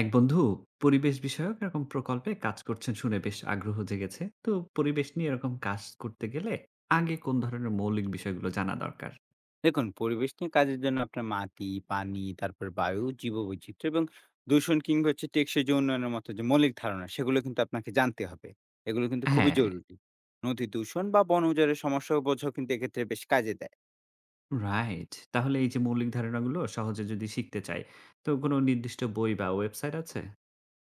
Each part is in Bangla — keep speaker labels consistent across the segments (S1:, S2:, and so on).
S1: এক বন্ধু পরিবেশ বিষয়ক এরকম প্রকল্পে কাজ করছেন শুনে বেশ আগ্রহ জেগেছে। তো পরিবেশ নিয়ে এরকম কাজ করতে গেলে আগে কোন ধরনের মৌলিক বিষয়গুলো জানা দরকার?
S2: দেখুন, পরিবেশ নিয়ে কাজের জন্য আপনার মাটি, পানি, তারপর বায়ু, জীববৈচিত্র্য এবং দূষণ কিংবা হচ্ছে টেকসই যে উন্নয়নের মতো যে মৌলিক ধারণা সেগুলো কিন্তু আপনাকে জানতে হবে। এগুলো কিন্তু খুবই
S1: হ্যাঁ,
S2: জরুরি। নদী দূষণ বা বন উজাড়ের সমস্যা বোঝাও কিন্তু এক্ষেত্রে বেশ কাজে দেয়।
S1: রাইট। তাহলে এই যে মৌলিক ধারণাগুলো সহজে যদি শিখতে চাই, তো কোনো নির্দিষ্ট বই বা ওয়েবসাইট আছে?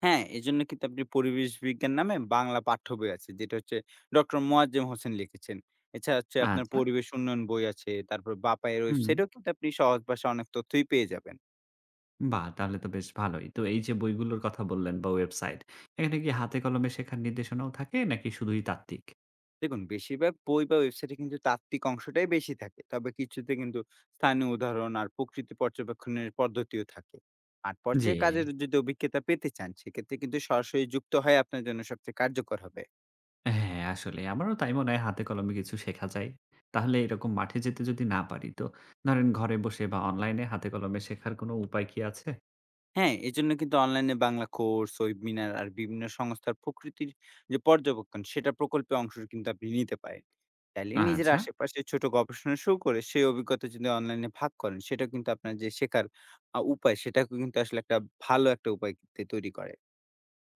S2: হ্যাঁ, এজন্য কিন্তু আপনি পরিবেশ বিজ্ঞান নামে বাংলা পাঠ্য বই আছে যেটা হচ্ছে ডক্টর মোয়াজ্জেম হোসেন লিখেছেন। এছাড়া হচ্ছে আপনার
S1: আচ্ছা।
S2: পরিবেশ উন্নয়ন বই আছে, তারপর বাপায়ের
S1: হুম।
S2: ওয়েবসাইটেও কিন্তু আপনি সহজ ভাষায় অনেক তথ্যই পেয়ে যাবেন।
S1: বাহ, তাহলে তো বেশ ভালোই। তো এই যে বইগুলোর কথা বললেন বা ওয়েবসাইট, এখানে কি হাতে কলমে শেখার নির্দেশনাও থাকে নাকি শুধুই তাত্ত্বিক?
S2: দেখুন, বেশিরভাগ বই বা ওয়েবসাইটে কিন্তু তাত্ত্বিক অংশটাই বেশি থাকে। তবে কিছুতে কিন্তু স্থানীয় উদাহরণ আর প্রকৃতি পর্যবেক্ষণের পদ্ধতিও থাকে। মাঠ
S1: জি।
S2: পর্যায়ে কাজের যদি অভিজ্ঞতা পেতে চান, সেক্ষেত্রে কিন্তু সরাসরি যুক্ত হয় আপনার জন্য সবচেয়ে কার্যকর হবে।
S1: হ্যাঁ, আসলে আমারও তাই মনে হয় হাতে কলমে কিছু শেখা যায়। তাহলে এরকম মাঠে যেতে যদি না পারি, তো ধরেন ঘরে বসে বা অনলাইনে হাতে কলমে শেখার কোনো উপায় কি আছে?
S2: হ্যাঁ, এজন্য কিন্তু অনলাইনে বাংলা কোর্স, ওয়েবিনার আর বিভিন্ন সংস্থার প্রকৃতির যে পর্যবেক্ষণ সেটা প্রকল্পে অংশ কিন্তু আপনি নিতে পারেন। চাইলে নিজের
S1: আচ্ছা।
S2: আশেপাশে ছোট গবেষণা শুরু করে সেই অভিজ্ঞতা যদি অনলাইনে ভাগ করেন সেটা কিন্তু আপনার যে শেখার উপায় সেটাকে কিন্তু আসলে একটা ভালো একটা উপায় তে তৈরি করে।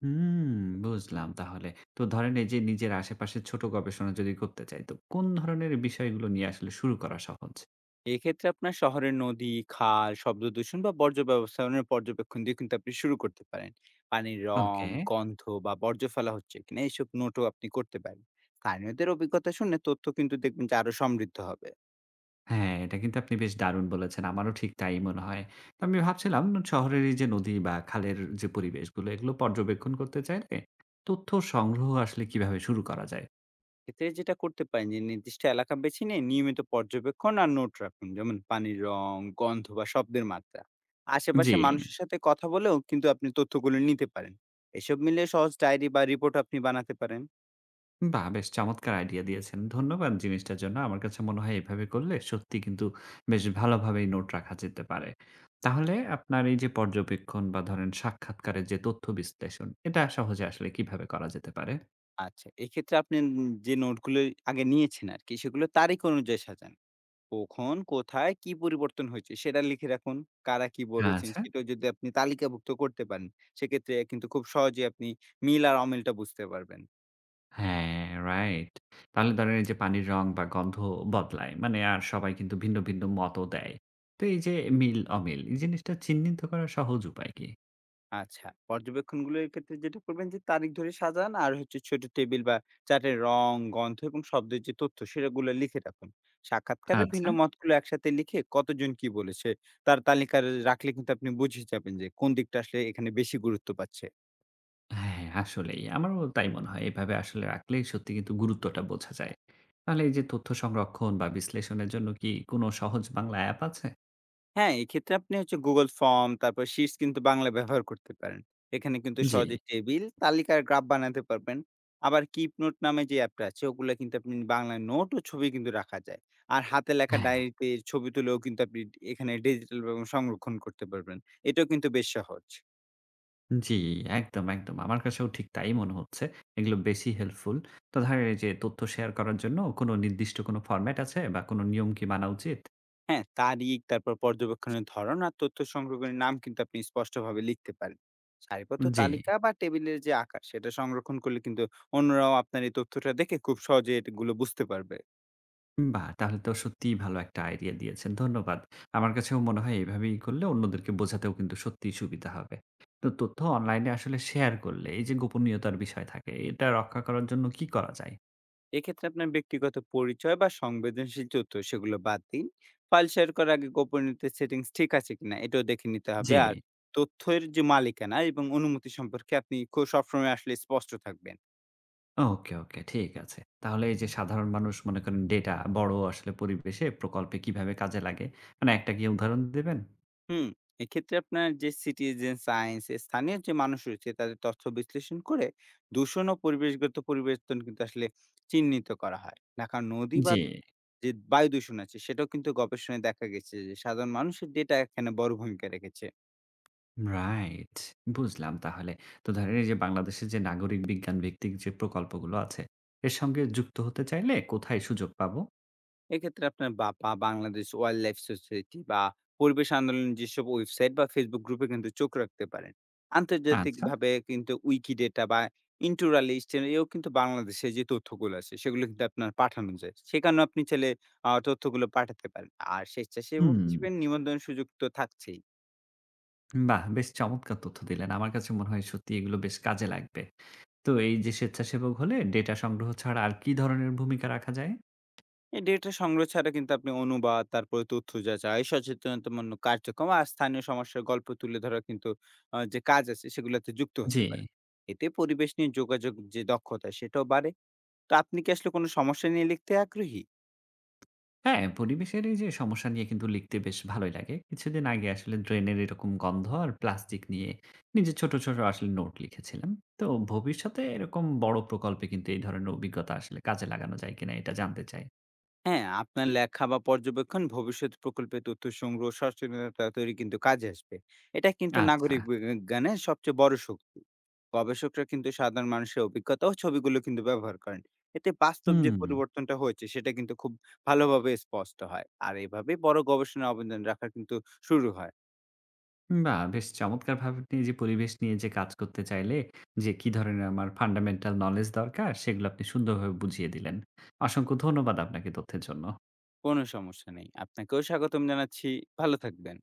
S1: হুম, বুঝলাম তাহলে। তো ধরেন এই যে নিজের আশেপাশে ছোট গবেষণা যদি করতে চাই, তো কোন ধরনের বিষয়গুলো নিয়ে আসলে শুরু করা সহজ?
S2: এক্ষেত্রে আপনার শহরের নদী, খাল, শব্দ দূষণ বা বর্জ্য ব্যবস্থাপনার পর্যবেক্ষণ দিয়ে কিন্তু আপনি শুরু করতে পারেন। পানির রং,
S1: ওকে।
S2: গন্ধ বা বর্জ্য ফেলা হচ্ছে কিনা এসব নোটও আপনি করতে পারেন। স্থানীয়দের অভিজ্ঞতা শুনে তথ্য কিন্তু দেখবেন যে আরো সমৃদ্ধ হবে।
S1: হ্যাঁ, এটা কিন্তু আপনি বেশ দারুণ বলেছেন। আমারও ঠিক তাই মনে হয়। তো আমি ভাবছিলাম শহরের এই যে নদী বা খালের যে পরিবেশগুলো, এগুলো পর্যবেক্ষণ করতে চাইলে তথ্য সংগ্রহ আসলে কিভাবে শুরু করা যায়?
S2: এতে যেটা করতে পারেন যে নির্দিষ্ট এলাকা বেছে নিয়ে নিয়মিত পর্যবেক্ষণ আর নোট রাখুন। যেমন পানির রং, গন্ধ বা শব্দের মাত্রা।
S1: জি।
S2: আশেপাশে মানুষের সাথে কথা বলেও কিন্তু আপনি তথ্যগুলো নিতে পারেন। এসব মিলিয়ে সহজ ডায়েরি বা রিপোর্ট আপনি বানাতে পারেন।
S1: বাহ! বেশ চমৎকার আইডিয়া দিয়েছেন। ধন্যবাদ জিনিসটার জন্য। আমার কাছে মনে হয় এভাবে করলে সত্যি কিন্তু বেশ ভালোভাবেই নোট রাখা যেতে পারে। তাহলে আপনার এই যে পর্যবেক্ষণ বা ধরেন সাক্ষাৎকারের যে তথ্য বিশ্লেষণ, এটা সহজে আসলে কিভাবে করা যেতে পারে?
S2: আচ্ছা, এক্ষেত্রে আপনি যে নোটগুলো আগে নিয়েছেন আরকি, সেগুলো তারিখ অনুযায়ী সাজান। কখন, কোথায়, কি পরিবর্তন হয়েছে সেটা লিখে রাখুন। কারা কি বলেছেন
S1: আচ্ছা।
S2: সেটাও যদি আপনি তালিকাভুক্ত করতে পারেন, সেক্ষেত্রে কিন্তু খুব সহজেই আপনি মিল আর অমিলটা বুঝতে পারবেন।
S1: হ্যাঁ, রাইট। তাহলে ধরেন এই যে পানির রং বা গন্ধ বদলায়। মানে আর সবাই কিন্তু ভিন্ন, ভিন্ন মতও দেয়। তো এই যে মিল-অমিল এই জিনিসটা চিহ্নিত করার সহজ উপায় কি?
S2: আচ্ছা, পর্যবেক্ষণগুলোর ক্ষেত্রে যেটা করবেন যে তারিখ ধরে সাজান আর হচ্ছে ছোট টেবিল বা চার্টের রং, গন্ধ এবং শব্দের যে তথ্য সেগুলো লিখে রাখুন। সাক্ষাৎকারের ভিন্ন
S1: আচ্ছা।
S2: মতগুলো একসাথে লিখে কতজন কি বলেছে তার তালিকা রাখলে কিন্তু আপনি বুঝে যাবেন যে কোন দিকটা আসলে এখানে বেশি গুরুত্ব পাচ্ছে।
S1: হ্যাঁ, আসলেই। আমারও তাই মনে হয়। এভাবে আসলে রাখলে সত্যি কিন্তু গুরুত্বটা বোঝা যায়। তাহলে এই যে তথ্য সংরক্ষণ বা বিশ্লেষণের জন্য কি কোনো সহজ বাংলা অ্যাপ আছে?
S2: হ্যাঁ, এক্ষেত্রে আপনি হচ্ছে Google ফর্ম, তারপর Sheets কিন্তু বাংলা ব্যবহার করতে পারেন। এখানে কিন্তু
S1: জি।
S2: সহজে টেবিল, তালিকার গ্রাফ বানাতে পারবেন। আবার Keep Note নামে যে অ্যাপটা আছে, ওগুলা কিন্তু আপনি বাংলা নোট ও ছবি কিন্তু রাখা যায়। আর হাতে লেখা
S1: হ্যাঁ,
S2: ডায়েরিতে ছবি তুলেও কিন্তু আপনি এখানে ডিজিটাল এবং সংরক্ষণ করতে পারবেন। এটাও কিন্তু বেশ সহজ।
S1: জি, একদম, একদম। আমার কাছেও ঠিক তাই মনে হচ্ছে। এগুলো বেশি হেল্পফুল। তো ধরেন এই যে তথ্য শেয়ার করার জন্য কোনো নির্দিষ্ট কোনো ফরম্যাট আছে বা কোনো নিয়ম কি মানা উচিত?
S2: হ্যাঁ, তারিখ তারপর পর্যবেক্ষণের ধরন আর তথ্য সংগ্রহের নাম কিন্তু আপনি স্পষ্টভাবে লিখতে পারেন। সারিবদ্ধ
S1: জি।
S2: তালিকা বা টেবিলের যে আকার সেটা সংরক্ষণ করলে কিন্তু অন্যরাও আপনার এই তথ্যটা দেখে খুব সহজে এগুলো বুঝতে পারবে।
S1: বাহ! তাহলে তো সত্যিই ভালো একটা আইডিয়া দিয়েছেন। ধন্যবাদ। আমার কাছেও মনে হয় এভাবেই করলে অন্যদেরকে বোঝাতেও কিন্তু সত্যিই সুবিধা হবে। তো তথ্য অনলাইনে আসলে শেয়ার করলে এই যে গোপনীয়তার বিষয় থাকে, এটা রক্ষা করার জন্য কি করা যায়?
S2: এক্ষেত্রে আপনার ব্যক্তিগত পরিচয় বা সংবেদনশীল তথ্য সেগুলো বাদ দিন। ফাইল শেয়ার করার আগে গোপনীয়তা সেটিংস ঠিক আছে কিনা এটাও দেখে নিতে
S1: জি।
S2: হবে, আর তথ্যের যে মালিকানা এবং অনুমতি সম্পর্কে আপনি খুব সবসময় আসলে স্পষ্ট থাকবেন।
S1: ওকে, ওকে। ঠিক আছে। তাহলে এই যে সাধারণ মানুষ মনে করেন ডেটা বড় আসলে পরিবেশে প্রকল্পে কিভাবে কাজে লাগে? মানে একটা কি উদাহরণ দিবেন?
S2: হুম, এক্ষেত্রে আপনার যে সিটিজেন সায়েন্স স্থানীয় যে মানুষ রয়েছে তাদের তথ্য বিশ্লেষণ করে দূষণ ও পরিবেশগত পরিবর্তন কিন্তু আসলে চিহ্নিত করা হয়। ঢাকা নদী বা
S1: জি।
S2: যে বায়ু দূষণ আছে সেটাও কিন্তু গবেষণায় দেখা গেছে যে সাধারণ মানুষের ডেটা এখানে বড় ভূমিকা রেখেছে।
S1: রাইট। বুঝলাম তাহলে। তো ধরেন এই যে বাংলাদেশের যে নাগরিক বিজ্ঞান ভিত্তিক যে প্রকল্পগুলো আছে, এর সঙ্গে যুক্ত হতে চাইলে কোথায় সুযোগ পাবো?
S2: এক্ষেত্রে আপনার বাপা, বাংলাদেশ ওয়াইল্ড লাইফ সোসাইটি বা পরিবেশ আন্দোলনের যেসব ওয়েবসাইট বা ফেসবুক গ্রুপে কিন্তু চোখ রাখতে পারেন।
S1: আচ্ছা।
S2: আন্তর্জাতিকভাবে কিন্তু উইকিডেটা বা ইন্টুরালিস্ট এও কিন্তু বাংলাদেশে যে তথ্যগুলো আছে সেগুলো কিন্তু আপনার পাঠানো যায়। সেখানেও আপনি চাইলে তথ্যগুলো পাঠাতে পারেন। আর স্বেচ্ছাসেবক
S1: হুম,
S2: হিসেবে নিবন্ধনের সুযোগ তো থাকছেই।
S1: বাহ! বেশ চমৎকার তথ্য দিলেন। আমার কাছে মনে হয় সত্যি এগুলো বেশ কাজে লাগবে। তো এই যে স্বেচ্ছাসেবক হলে ডেটা সংগ্রহ ছাড়া আর কি ধরনের ভূমিকা রাখা যায়?
S2: এই ডেটা সংগ্রহ ছাড়া কিন্তু আপনি অনুবাদ, তারপরে তথ্য যাচাই, সচেতনতামূলক কার্যক্রম আর স্থানীয় সমস্যার গল্প তুলে ধরা কিন্তু যে কাজ আছে সেগুলোতে যুক্ত
S1: জি।
S2: হতে পারেন। এতে পরিবেশ নিয়ে যোগাযোগ যে দক্ষতা সেটাও বাড়ে। তো আপনি কি আসলে কোনো সমস্যা নিয়ে লিখতে আগ্রহী?
S1: হ্যাঁ, পরিবেশের এই যে সমস্যা নিয়ে কিন্তু লিখতে বেশ ভালোই লাগে। কিছুদিন আগে আসলে ড্রেনের এরকম গন্ধ আর প্লাস্টিক নিয়ে নিজে ছোট, ছোট আসলে নোট লিখেছিলাম। তো ভবিষ্যতে এরকম বড় প্রকল্পে কিন্তু এই ধরনের অভিজ্ঞতা আসলে কাজে লাগানো যায় কিনা এটা জানতে চাই।
S2: হ্যাঁ, আপনার লেখা বা পর্যবেক্ষণ ভবিষ্যৎ প্রকল্পে তথ্য সংগ্রহ, সচেতনতা তৈরি কিন্তু কাজে আসবে। এটা কিন্তু
S1: আচ্ছা।
S2: নাগরিক বিজ্ঞানের সবচেয়ে বড় শক্তি। গবেষকরা কিন্তু সাধারণ মানুষের অভিজ্ঞতা ও ছবিগুলো কিন্তু ব্যবহার করেন। এতে বাস্তব যে
S1: হুম,
S2: পরিবর্তনটা হয়েছে সেটা কিন্তু খুব ভালোভাবে স্পষ্ট হয়। আর এভাবে বড় গবেষণার অবদান রাখা কিন্তু শুরু হয়।
S1: বাহ! বেশ চমৎকারভাবে আপনি এই যে পরিবেশ নিয়ে যে কাজ করতে চাইলে যে কি ধরনের আমার ফান্ডামেন্টাল নলেজ দরকার সেগুলো আপনি সুন্দরভাবে বুঝিয়ে দিলেন। অসংখ্য ধন্যবাদ আপনাকে তথ্যের জন্য।
S2: কোনো সমস্যা নেই। আপনাকেও স্বাগতম জানাচ্ছি। ভালো থাকবেন।